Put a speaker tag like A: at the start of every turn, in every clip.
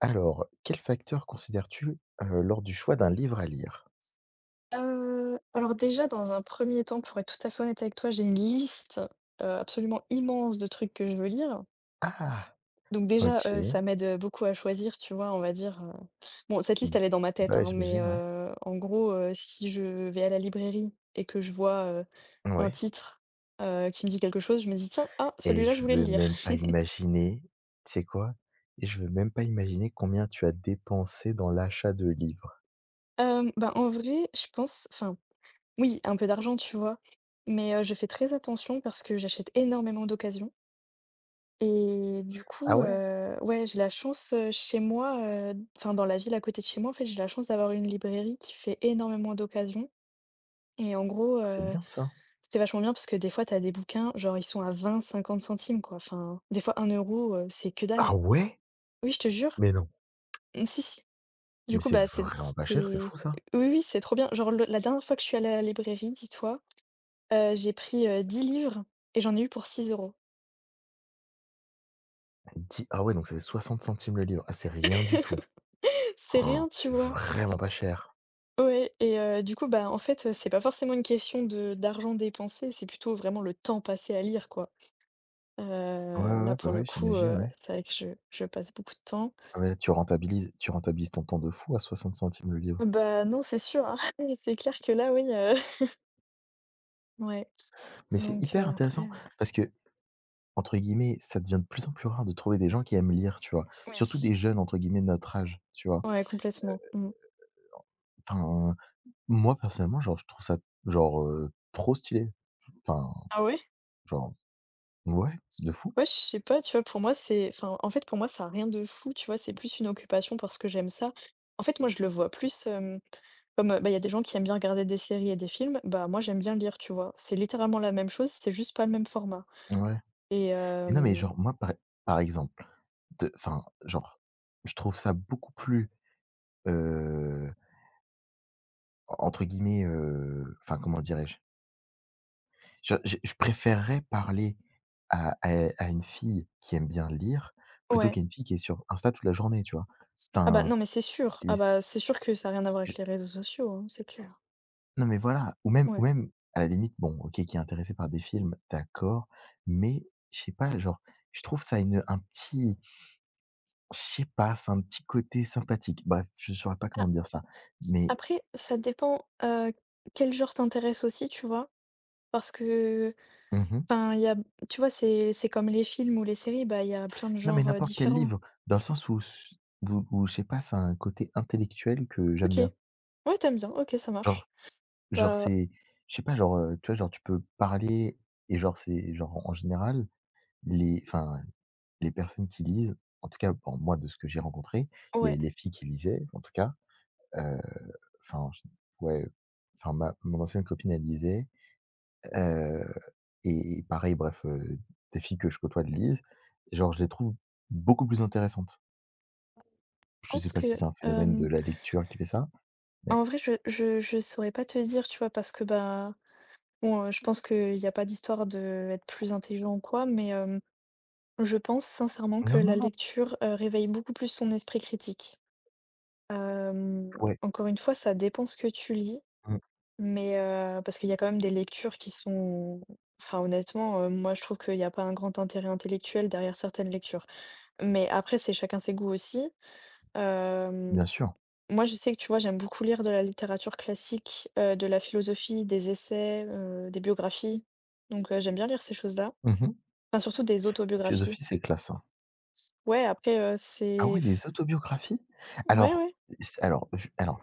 A: Alors, quels facteurs considères-tu, lors du choix d'un livre à lire?
B: Alors déjà, dans un premier temps, pour être tout à fait honnête avec toi, j'ai une liste, absolument immense de trucs que je veux lire.
A: Ah!
B: Donc déjà,
A: OK.
B: ça m'aide, beaucoup à choisir, tu vois? On va dire, bon, cette liste,
A: Mmh.
B: elle est dans ma
A: Bah,
B: tête,
A: ouais,
B: hein, mais
A: j'imagine, ouais.
B: en gros, si je vais à la librairie et que je vois, un
A: Ouais,
B: titre, qui me dit quelque chose, je me dis: «Tiens, ah,
A: et
B: celui-là, je
A: je
B: voulais le
A: veux
B: lire».
A: même pas imaginer, tu sais quoi? Et je veux même pas imaginer combien tu as dépensé dans l'achat de livres.
B: Bah, en vrai, je pense enfin, oui, un peu d'argent, tu vois? Mais je fais très attention parce que j'achète énormément d'occasion. Et du coup,
A: Ah ouais?
B: ouais, j'ai la chance, chez moi, enfin dans la ville à côté de chez moi, en fait, j'ai la chance d'avoir une librairie qui fait énormément d'occasions et en gros,
A: C'est bien ça.
B: c'était vachement bien parce que des fois, t'as des bouquins, genre ils sont à vingt cinquante centimes quoi, enfin, des fois 1 € c'est que dalle.
A: Ah ouais?
B: Oui, je te jure.
A: Mais non,
B: Mmh, si, si. Du
A: mais
B: coup,
A: c'est
B: bah,
A: vraiment pas cher, c'est
B: c'est
A: fou ça.
B: oui, oui, c'est trop bien. Genre le la dernière fois que je suis allée à la librairie, dis-toi, j'ai pris, 10 livres et j'en ai eu pour 6 €.
A: 10, ah ouais, donc ça fait 60 centimes le livre. Ah, c'est rien du tout.
B: C'est
A: Oh,
B: rien, tu
A: c'est
B: vois?
A: vraiment pas cher.
B: Ouais, et du coup, bah, en fait, c'est pas forcément une question de d'argent dépensé, c'est plutôt vraiment le temps passé à lire, quoi.
A: Ouais, ouais,
B: Là,
A: ouais, bah,
B: pour le
A: ouais,
B: coup,
A: j'imagine, ouais.
B: c'est vrai que je passe beaucoup de temps.
A: Ah, ouais, tu rentabilises ton temps de fou à 60 centimes le livre.
B: Bah, non, c'est sûr, hein. C'est clair que là, oui, ouais.
A: Mais c'est
B: Donc
A: hyper
B: après,
A: intéressant parce que, entre guillemets, ça devient de plus en plus rare de trouver des gens qui aiment lire, tu vois? Surtout
B: oui.
A: des jeunes, entre guillemets, de «notre âge», tu vois?
B: Ouais, complètement. Mmh.
A: Enfin, moi personnellement, genre, je trouve ça genre, trop stylé. Enfin,
B: Ah ouais?
A: genre, ouais, de fou,
B: Ouais, je sais pas, tu vois? Pour moi, c'est enfin, en fait, pour moi, ça a rien de fou, tu vois? C'est plus une occupation parce que j'aime ça. En fait, moi, je le vois plus, comme, bah, il y a des gens qui aiment bien regarder des séries et des films, bah, moi j'aime bien lire, tu vois? C'est littéralement la même chose, c'est juste pas le même format
A: ouais.
B: et
A: Mais non, mais
B: hem
A: genre, moi par exemple, de enfin, genre, je trouve ça beaucoup plus, heu, entre guillemets, enfin, comment dirais-je? Je préférerais parler à une fille qui aime bien lire, plutôt
B: ouais.
A: qu'à une fille qui est sur Insta toute la journée, tu vois?
B: Ah bah,
A: Enfin,
B: non, mais c'est sûr.
A: c'est
B: Ah bah,
A: c
B: c'est sûr que ça a rien à voir
A: je
B: avec les réseaux sociaux, hein, c'est clair.
A: non, mais voilà, ou même
B: Ouais.
A: à la limite, bon, OK, qui est intéressée par des films, d'accord, mais je sais pas, genre, je trouve ça une un petit je sais pas, c'est un petit côté sympathique. Bref, je saurais pas
B: Ah,
A: comment dire ça, mais
B: après, ça dépend, quel genre t'intéresse aussi, tu vois? Parce que,
A: mmh
B: enfin, il y a tu vois, c'est comme les films ou les séries, bah, il y a plein de
A: non, mais
B: genres,
A: n'importe quel
B: différents.
A: livre, dans le sens où s où où je sais pas, ça a un côté intellectuel que j'aime
B: OK.
A: bien.
B: Ouais, t'aimes bien, OK, ça marche.
A: Genre Genre
B: Bah,
A: c'est je sais pas, genre, tu vois, genre tu peux parler, et genre c'est genre en général les enfin les personnes qui lisent, en tout cas bon, moi, de ce que j'ai rencontré, les
B: ouais, je
A: les filles qui lisaient en tout cas, heu, enfin j ouais, enfin ma mon ancienne copine, elle lisait, heu et pareil, bref, des filles que je côtoie de lisent, genre, je les trouve beaucoup plus intéressantes. Je sais
B: pense
A: pas si
B: que,
A: c'est un phénomène de
B: hem
A: la lecture qui fait ça, mais
B: en vrai, je saurais pas te dire, tu vois? Parce que, bah, bon, je pense qu'il y a pas d'histoire de être plus intelligent ou quoi, mais je pense sincèrement que
A: non,
B: la
A: non, non,
B: lecture, réveille beaucoup plus son esprit critique. Hem,
A: ouais,
B: Encore une fois, ça dépend ce que tu lis,
A: mmh,
B: mais parce qu'il y a quand même des lectures qui sont enfin, honnêtement, moi, je trouve qu'il y a pas un grand intérêt intellectuel derrière certaines lectures. Mais après, c'est chacun ses goûts aussi. Hem
A: bien sûr.
B: Moi, je sais que, tu vois, j'aime beaucoup lire de la littérature classique, de la philosophie, des essais, des biographies. Donc, j'aime bien lire ces choses-là.
A: Mmh.
B: Enfin, surtout des
A: La
B: autobiographies.
A: philosophie, c'est classe, hein.
B: Ouais, après,
A: Ah
B: c'est
A: ouais, des autobiographies?
B: ouais,
A: Alors,
B: ouais,
A: alors,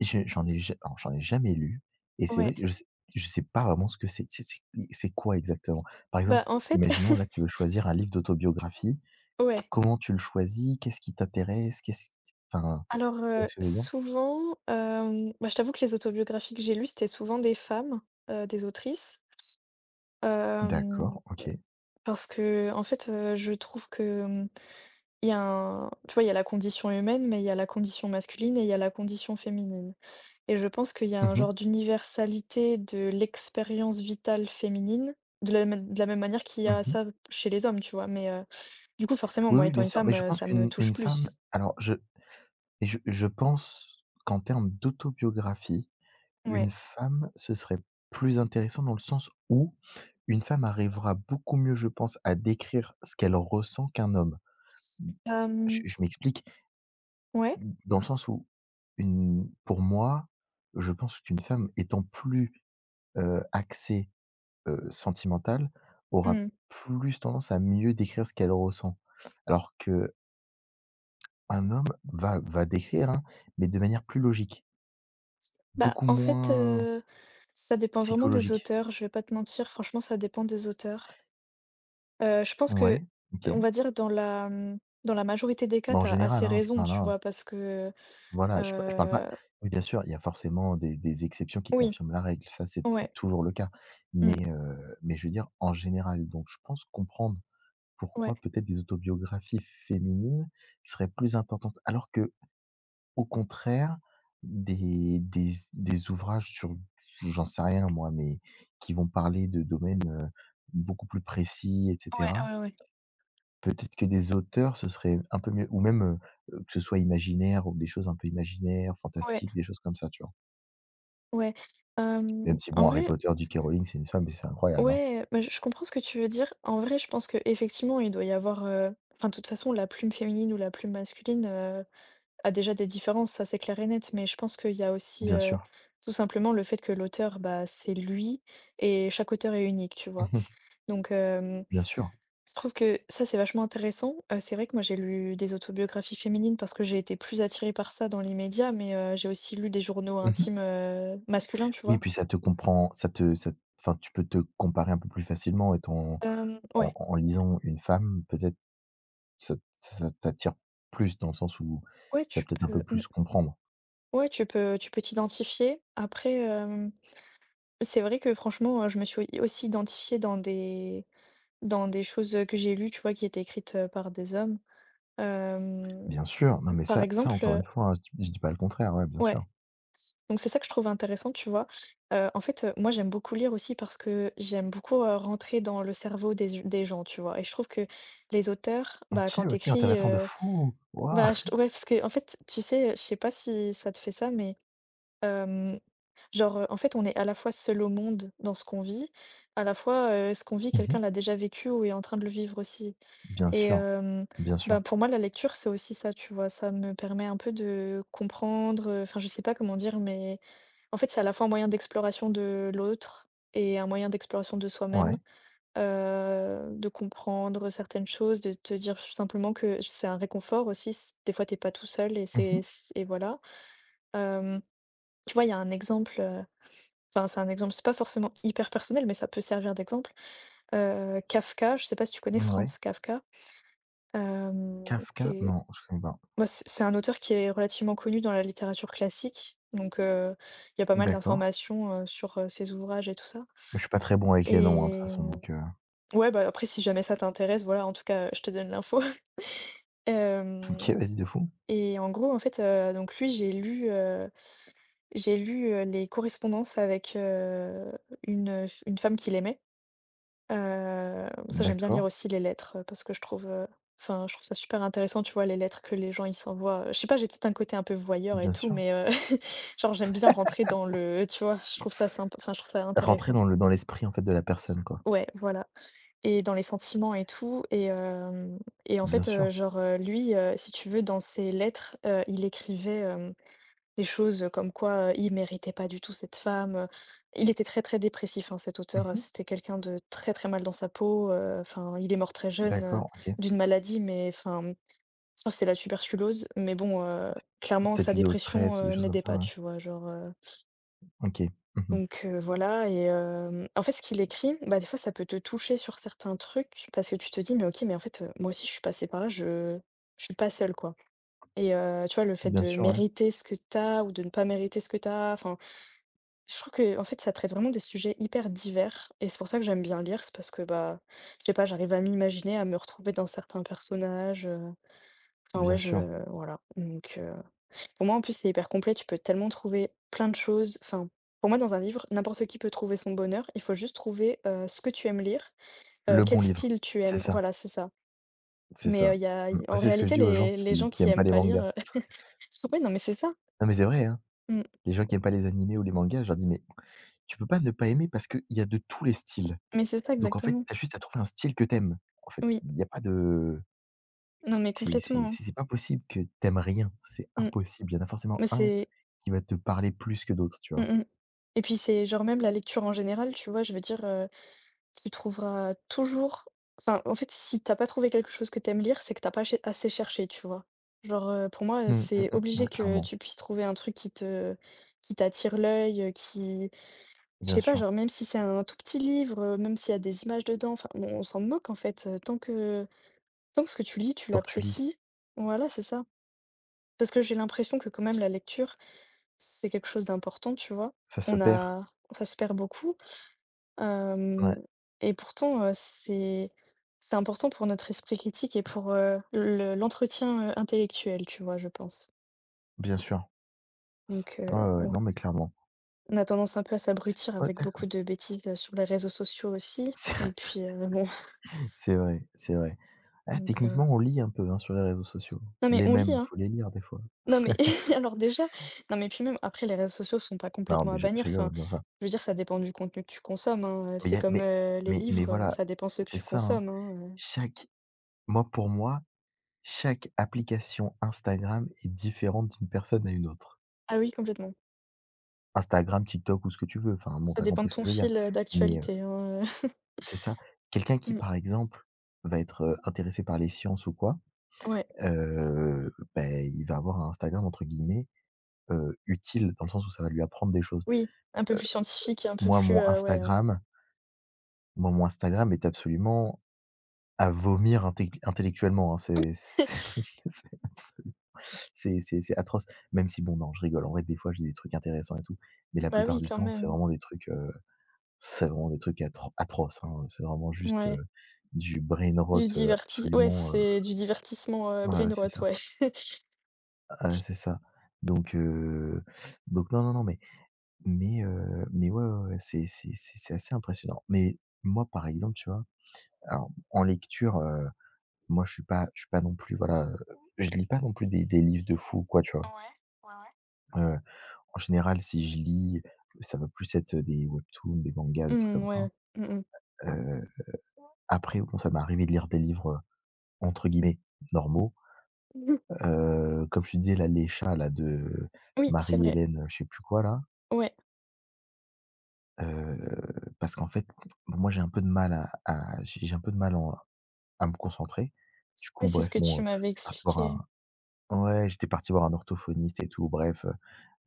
A: je j'en ai ja alors j'en ai jamais lu, et c'est
B: ouais.
A: vrai que je sais pas vraiment ce que c'est. C'est quoi exactement? Par
B: Bah,
A: exemple,
B: en fait,
A: imaginons là, tu veux choisir un livre d'autobiographie.
B: ouais.
A: Comment tu le choisis? Qu'est-ce qui t'intéresse? Qu'est-ce enfin,
B: Alors,
A: tu vois ce que je veux dire?
B: souvent, bah, je t'avoue que les autobiographies que j'ai lues, c'était souvent des femmes, des autrices, hem,
A: D'accord, OK.
B: parce que, en fait, je trouve que, il y a un tu vois, il y a la condition humaine, mais il y a la condition masculine et il y a la condition féminine. Et je pense qu'il y a un
A: Mmh mh.
B: genre d'universalité de l'expérience vitale féminine, de la même manière qu'il y a
A: Mmh.
B: ça chez les hommes, tu vois? Mais, du coup, forcément,
A: Oui,
B: moi,
A: oui,
B: étant
A: bien
B: une
A: sûr, mais
B: femme,
A: je pense
B: ça me
A: qu'une
B: touche
A: une femme,
B: plus.
A: alors je et je pense qu'en termes d'autobiographie,
B: Ouais.
A: une femme, ce serait plus intéressant dans le sens où une femme arrivera beaucoup mieux, je pense, à décrire ce qu'elle ressent qu'un homme. Je
B: Hem,
A: je m'explique,
B: ouais?
A: c dans le sens où une pour moi, je pense qu'une femme, étant plus, axée, sentimentale, aura
B: Mmh.
A: plus tendance à mieux décrire ce qu'elle ressent. Alors que un homme va décrire, hein, mais de manière plus logique,
B: Bah,
A: beaucoup
B: en fait,
A: moins
B: ça dépend vraiment des
A: psychologique.
B: auteurs, je vais pas te mentir, franchement, ça dépend des auteurs. Je pense que,
A: Ouais, OK.
B: on va dire dans la, majorité des cas,
A: Bah, en
B: t'as
A: général,
B: assez
A: hein, je
B: raison,
A: parle,
B: tu
A: hein.
B: vois? Parce que,
A: Voilà, je parle pas.
B: heu,
A: Oui, bien sûr, il y a forcément des exceptions qui
B: oui,
A: confirment la règle, ça c'est
B: ouais,
A: toujours le cas.
B: mmh,
A: Mais je veux dire, en général, donc je pense comprendre
B: ouais,
A: pourquoi peut-être des autobiographies féminines seraient plus importantes. Alors que au contraire, des ouvrages sur, j'en sais rien moi, mais qui vont parler de domaines, beaucoup plus précis, et
B: ouais,
A: cetera.
B: ouais, ouais,
A: Peut-être que des auteurs, ce serait un peu mieux, ou même, que ce soit imaginaire, ou des choses un peu imaginaires,
B: ouais.
A: fantastiques, des choses comme ça, tu vois?
B: Ouais,
A: Même si
B: en
A: bon, Harry
B: vrai,
A: Potter, J.K. Rowling, c'est une femme, mais c'est incroyable, hein.
B: ouais, bah, je comprends ce que tu veux dire. En vrai, je pense que effectivement, il doit y avoir, enfin, de toute façon, la plume féminine ou la plume masculine, a déjà des différences, ça, c'est clair et net. Mais je pense qu'il y a aussi,
A: Bien sûr.
B: tout simplement le fait que l'auteur, bah, c'est lui et chaque auteur est unique, tu
A: Mmh
B: vois?
A: mh.
B: Donc,
A: Bien sûr.
B: je trouve que ça, c'est vachement intéressant. C'est vrai que moi, j'ai lu des autobiographies féminines parce que j'ai été plus attirée par ça dans les médias, mais, j'ai aussi lu des journaux
A: Mmh mh.
B: intimes, masculins, tu
A: Oui,
B: vois?
A: puis ça te comprend ça te ça enfin, tu peux te comparer un peu plus facilement étant en
B: Ouais.
A: en lisant une femme, peut-être ça ça t'attire plus dans le sens où
B: Ouais,
A: tu vas
B: tu
A: peut-être un peu
B: peux mmh.
A: plus comprendre.
B: Ouais, tu peux t'identifier. Après, c'est vrai que franchement, je me suis aussi identifiée dans des choses, que j'ai lues, tu vois, qui étaient écrites, par des hommes. Hem,
A: Bien sûr, non, mais
B: Par
A: ça
B: exemple,
A: encore une fois, hein, je dis pas le contraire, ouais, bien sûr.
B: ouais, donc c'est ça que je trouve intéressant, tu vois? En fait, moi, j'aime beaucoup lire aussi parce que j'aime beaucoup, rentrer dans le cerveau des gens, tu vois? Et je trouve que les auteurs, bah,
A: OK,
B: quand tu
A: OK,
B: écris,
A: intéressant de fou! Waouh!
B: bah, je t ouais, parce que en fait, tu sais, je sais pas si ça te fait ça, mais Hem, genre, en fait, on est à la fois seul au monde dans ce qu'on vit, à la fois, ce qu'on vit,
A: Mmh
B: quelqu'un
A: mh.
B: l'a déjà vécu ou est en train de le vivre aussi,
A: Bien
B: et
A: sûr, bien
B: bah,
A: sûr.
B: pour moi, la lecture, c'est aussi ça, tu vois? Ça me permet un peu de comprendre, enfin, je sais pas comment dire, mais en fait, c'est à la fois un moyen d'exploration de l'autre et un moyen d'exploration de soi-même,
A: Ouais.
B: de comprendre certaines choses, de te dire simplement que c'est un réconfort aussi, s des fois, t'es pas tout seul et
A: Mmh.
B: c'est c et voilà. Hem, Tu vois, il y a un exemple. Enfin, c'est un exemple, c'est pas forcément hyper personnel, mais ça peut servir d'exemple. Kafka, je sais pas si tu connais
A: Ouais.
B: Franz Kafka? Hem, qui
A: Kafka?
B: est
A: Non, je connais pas.
B: Bah, c'est un auteur qui est relativement connu dans la littérature classique, donc il y a pas mal
A: D'accord,
B: d'informations, sur, ses ouvrages et tout ça
A: je suis pas très bon avec les noms, hein, de toute
B: et
A: façon, donc.
B: ouais, bah, après si jamais ça t'intéresse, voilà, en tout cas, je te donne l'info.
A: OK,
B: Hem
A: vas-y, de fou.
B: Et en gros, en fait, donc lui, j'ai lu, les correspondances avec, une, une femme qu'il aimait. Ça, j'aime bien lire
A: D'accord,
B: aussi les lettres, parce que enfin je trouve ça super intéressant, tu vois? Les lettres que les gens ils s'envoient, je sais pas, j'ai peut-être un côté un peu voyeur et
A: bien
B: tout,
A: sûr.
B: mais, genre j'aime bien rentrer dans le tu vois? Je trouve ça symp enfin je trouve ça
A: Rentrer
B: intéressant.
A: dans l'esprit, en fait, de la personne, quoi.
B: Ouais, voilà, et dans les sentiments et tout. Et en
A: Bien
B: fait,
A: sûr.
B: genre, lui, si tu veux dans ses lettres, il écrivait, euh, des choses comme quoi, il méritait pas du tout cette femme. Il était très, très dépressif, hein, cet auteur,
A: Mmh.
B: c'était quelqu'un de très, très mal dans sa peau, enfin, il est mort très jeune,
A: D'accord, OK.
B: d'une maladie, mais enfin, je crois que c'est la tuberculose, mais bon, clairement
A: Peut-être
B: sa
A: lié au
B: dépression,
A: stress, ou des choses comme
B: n'aidait
A: ça,
B: pas,
A: ouais.
B: tu vois? Genre,
A: OK. Mmh.
B: donc, voilà. En fait, ce qu'il écrit, bah, des fois, ça peut te toucher sur certains trucs parce que tu te dis: «Mais OK, mais en fait, moi aussi je suis passée par là, je suis pas seule, quoi». Et tu vois, le fait
A: Bien
B: de
A: sûr, ouais,
B: mériter ce que t'as ou de ne pas mériter ce que t'as, enfin, je trouve que, en fait, ça traite vraiment des sujets hyper divers. Et c'est pour ça que j'aime bien lire, c'est parce que, bah, je sais pas, j'arrive à m'imaginer, à me retrouver dans certains personnages, enfin, ouais,
A: bien
B: je
A: sûr.
B: voilà. Donc pour moi, en plus, c'est hyper complet, tu peux tellement trouver plein de choses, enfin, pour moi, dans un livre, n'importe qui peut trouver son bonheur, il faut juste trouver, ce que tu aimes lire,
A: Le bon
B: quel
A: livre.
B: style tu
A: C'est
B: aimes,
A: ça,
B: voilà, c'est ça.
A: c'est
B: Mais
A: ça.
B: il y a
A: Mmh, moi,
B: en
A: c'est ce que je
B: réalité,
A: dis aux gens
B: les
A: qui
B: gens
A: qui
B: qui
A: aiment pas
B: aiment
A: les
B: pas lire,
A: mangas.
B: oui, non, mais c'est ça,
A: Non, mais c'est vrai, hein.
B: mmh,
A: Les gens qui aiment pas les animés ou les mangas, je leur dis: «Mais tu peux pas ne pas aimer, parce qu'il y a de tous les styles».
B: mais c'est ça
A: Donc en fait, tu
B: exactement,
A: as juste à trouver un style que t'aimes. En fait,
B: oui,
A: il y a pas de,
B: non, mais
A: c'est c'est
B: complètement, hein,
A: c'est c'est pas possible que t'aimes rien, c'est
B: mmh,
A: impossible. Il y en a forcément
B: mais
A: un
B: c'est
A: qui va te parler plus que d'autres, tu
B: Mmh
A: vois?
B: mh. Et puis c'est genre même la lecture en général, tu vois? Je veux dire, tu trouveras toujours enfin, en fait, si t'as pas trouvé quelque chose que t'aimes lire, c'est que t'as pas ché assez cherché, tu vois? Genre, pour moi,
A: Mmh, mmh
B: c'est
A: mh. Ouais,
B: obligé que
A: clairement,
B: tu puisses trouver un truc qui t'attire l'œil, qui je
A: bien
B: sais pas,
A: sûr.
B: genre même si c'est un tout petit livre, même s'il y a des images dedans, enfin, bon, on s'en moque en fait, tant que ce que tu lis, tu
A: Tant que tu lis,
B: l'apprécies. Voilà, c'est ça. Parce que j'ai l'impression que quand même la lecture c'est quelque chose d'important, tu vois?
A: ça se
B: On
A: perd.
B: a Ça se perd beaucoup, hem
A: Ouais,
B: et pourtant, c'est important pour notre esprit critique et pour, le l'entretien, intellectuel, tu vois, je pense.
A: bien sûr.
B: Donc
A: Ouais, ouais, ouais,
B: bon,
A: non, mais clairement.
B: on a tendance un peu à s'abrutir
A: Ouais,
B: avec beaucoup
A: d'accord.
B: de bêtises, sur les réseaux sociaux aussi et
A: C'est
B: puis, bon
A: c'est vrai, c'est vrai. Ah,
B: donc
A: techniquement, on lit un peu, hein, sur les réseaux sociaux.
B: non mais
A: Les
B: on lit,
A: mêmes,
B: hein.
A: faut les lire des fois.
B: Non mais alors déjà non mais puis même après les réseaux sociaux sont pas
A: Non,
B: complètement à
A: mais je
B: bannir,
A: je rigole
B: enfin,
A: en disant ça.
B: je veux dire ça dépend du contenu que tu consommes, hein,
A: Mais y
B: c'est
A: a
B: comme, les
A: mais
B: livres,
A: voilà,
B: ça dépend ce que
A: c'est
B: tu
A: ça, hein.
B: consommes, hein,
A: Chaque moi, pour moi Chaque application Instagram est différente d'une personne à une autre.
B: Ah oui complètement,
A: Instagram, TikTok, ou ce que tu veux, enfin, bon,
B: ça
A: t'as
B: dépend de
A: compris ce que
B: ton
A: je veux dire.
B: fil,
A: Mais,
B: d'actualité, hein,
A: c'est ça. Quelqu'un qui,
B: Mmh,
A: par exemple, va être, intéressé par les sciences ou quoi,
B: ouais,
A: beh, il va avoir un Instagram, entre guillemets, «utile», dans le sens où ça va lui apprendre des choses.
B: oui, un peu
A: Heu,
B: plus scientifique et un peu
A: moi
B: plus,
A: mon
B: ouais,
A: Instagram moi, mon Instagram est absolument à vomir intec intellectuellement, hein, c'est c'est absolument, c'est atroce. Même si bon, non, je rigole. En vrai, des fois, j'ai des trucs intéressants et tout, mais la
B: bah oui
A: plupart du
B: quand
A: temps, c'est
B: même,
A: vraiment des trucs, c'est vraiment des trucs atroces, hein. C'est vraiment juste,
B: ouais,
A: du brain rot,
B: du divertis ouais
A: absolument,
B: c'est du divertissement,
A: voilà, c'est
B: brainrot,
A: ça.
B: ouais.
A: Ah ouais, c'est ça. Donc heu, donc non, non, non, mais ouais, ouais, ouais, c'est assez impressionnant. Mais moi, par exemple, tu vois, alors en lecture, euh, moi, je suis pas non plus, voilà, je lis pas non plus des livres de fou ou quoi, tu vois?
B: Ouais, ouais, ouais.
A: Heu, en général, si je lis, ça va plus être des webtoons, des mangas, des trucs
B: Mmh,
A: comme ça.
B: ouais, mmh
A: Heu, Après, bon, ça m'est arrivé de lire des livres, entre guillemets, «normaux».
B: mh.
A: Comme je te disais, là, les chats là de
B: Oui, c'est vrai,
A: Marie-Hélène, je sais plus quoi là.
B: ouais,
A: Parce qu'en fait, moi, j'ai un peu de mal à j'ai un peu de mal en à me concentrer. Du
B: ouais,
A: coup,
B: c'est ce
A: bref,
B: que
A: bon,
B: tu m'avais
A: je suis parti voir
B: expliqué.
A: un ouais, j'étais parti voir un orthophoniste et tout, bref,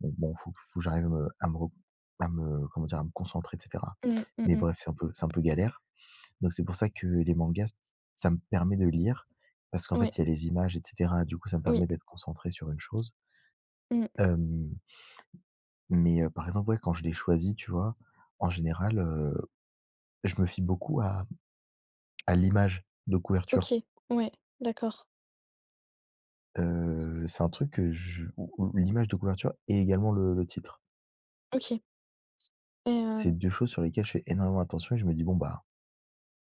A: donc bon, faut que j'arrive à me, comment dire? À me concentrer, et cetera.
B: Mmh, mmh
A: Mais bref,
B: mh.
A: c'est un peu galère. Donc c'est pour ça que les mangas, ç ça me permet de lire, parce qu'en
B: Ouais,
A: fait, il y a les images, et cetera. Du coup, ça me
B: oui,
A: permet d'être concentré sur une chose.
B: mmh,
A: Hem, mais par exemple, ouais, quand je les choisis, tu vois? En général, je me fie beaucoup à l'image de couverture.
B: OK, ouais, d'accord,
A: C'est un truc que je, ou l'image de couverture et également le titre.
B: OK et
A: C'est 2 choses sur lesquelles je fais énormément attention, et je me dis: «Bon, bah,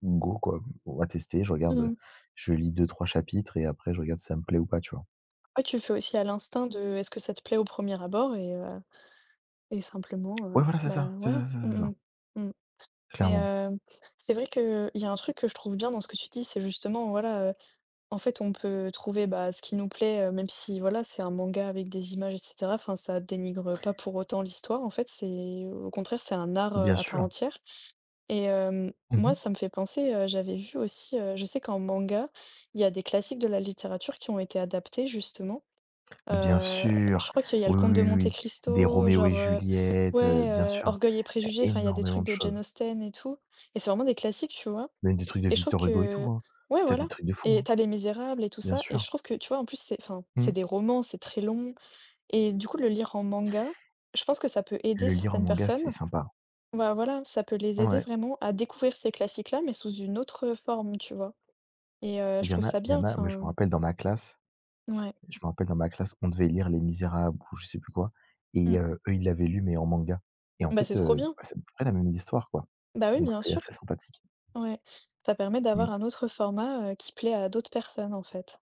A: go quoi, on va tester». Je regarde,
B: mmh,
A: je lis deux trois chapitres, et après je regarde si ça me plaît ou pas, tu vois?
B: ouais, tu fais aussi à l'instinct de est-ce que ça te plaît au premier abord et simplement,
A: Ouais, voilà, c'est
B: bah,
A: ça, c'est
B: voilà.
A: ça, c'est ça, c'est
B: Mmh
A: ça,
B: mh. Mmh. Mais
A: clairement.
B: c'est vrai qu'il y a un truc que je trouve bien dans ce que tu dis, c'est justement, voilà, en fait, on peut trouver, bah, ce qui nous plaît, même si, voilà, c'est un manga avec des images et cetera, enfin, ça dénigre pas pour autant l'histoire, en fait, c'est au contraire, c'est un art,
A: Bien
B: à part
A: sûr.
B: entière. Et moi,
A: Mmh.
B: ça me fait penser, j'avais vu aussi, je sais qu'en manga, il y a des classiques de la littérature qui ont été adaptés justement.
A: Bien
B: Heu, je
A: sûr.
B: crois qu'il y a Le
A: Oui,
B: Comte de
A: oui, oui,
B: Monte
A: oui. Des
B: Cristo,
A: Roméo
B: genre,
A: et Juliette,
B: ouais,
A: bien sûr,
B: Orgueil et
A: é
B: préjugés, enfin, il y a des
A: énormément
B: trucs
A: de
B: de Jane
A: choses.
B: Austen et tout et c'est vraiment des classiques, tu vois?
A: Même des trucs de
B: Et je trouve
A: Victor Hugo et tout,
B: que
A: hein.
B: ouais,
A: Tu
B: voilà
A: des trucs de fou,
B: et
A: hein,
B: t'as Les Misérables et tout
A: bien
B: ça et je
A: sûr.
B: trouve que, tu vois, en plus, c'est enfin, c'est
A: Mmh.
B: des romans, c'est très long et du coup, le lire en manga, je pense que ça peut aider
A: Le lire en
B: certaines
A: manga, c'est
B: personnes
A: sympa.
B: bah, voilà, ça peut les aider
A: Ouais,
B: vraiment à découvrir ces classiques-là, mais sous une autre, forme, tu vois? Et je
A: il y en
B: trouve
A: a
B: ça
A: il y
B: bien,
A: en a, moi je me
B: enfin
A: rappelle dans ma classe
B: ouais,
A: Je me rappelle dans ma classe, on devait lire Les Misérables ou je sais plus quoi, et
B: mmh.
A: eux, ils l'avaient lu mais en manga, et en
B: Bah, c'est
A: fait,
B: trop bien.
A: bah, c'est à peu près la même histoire, quoi,
B: Bah, oui,
A: donc
B: bien
A: c'était
B: sûr,
A: assez sympathique.
B: ouais. Ça permet d'avoir
A: Mmh.
B: un autre format, qui plaît à d'autres personnes, en fait.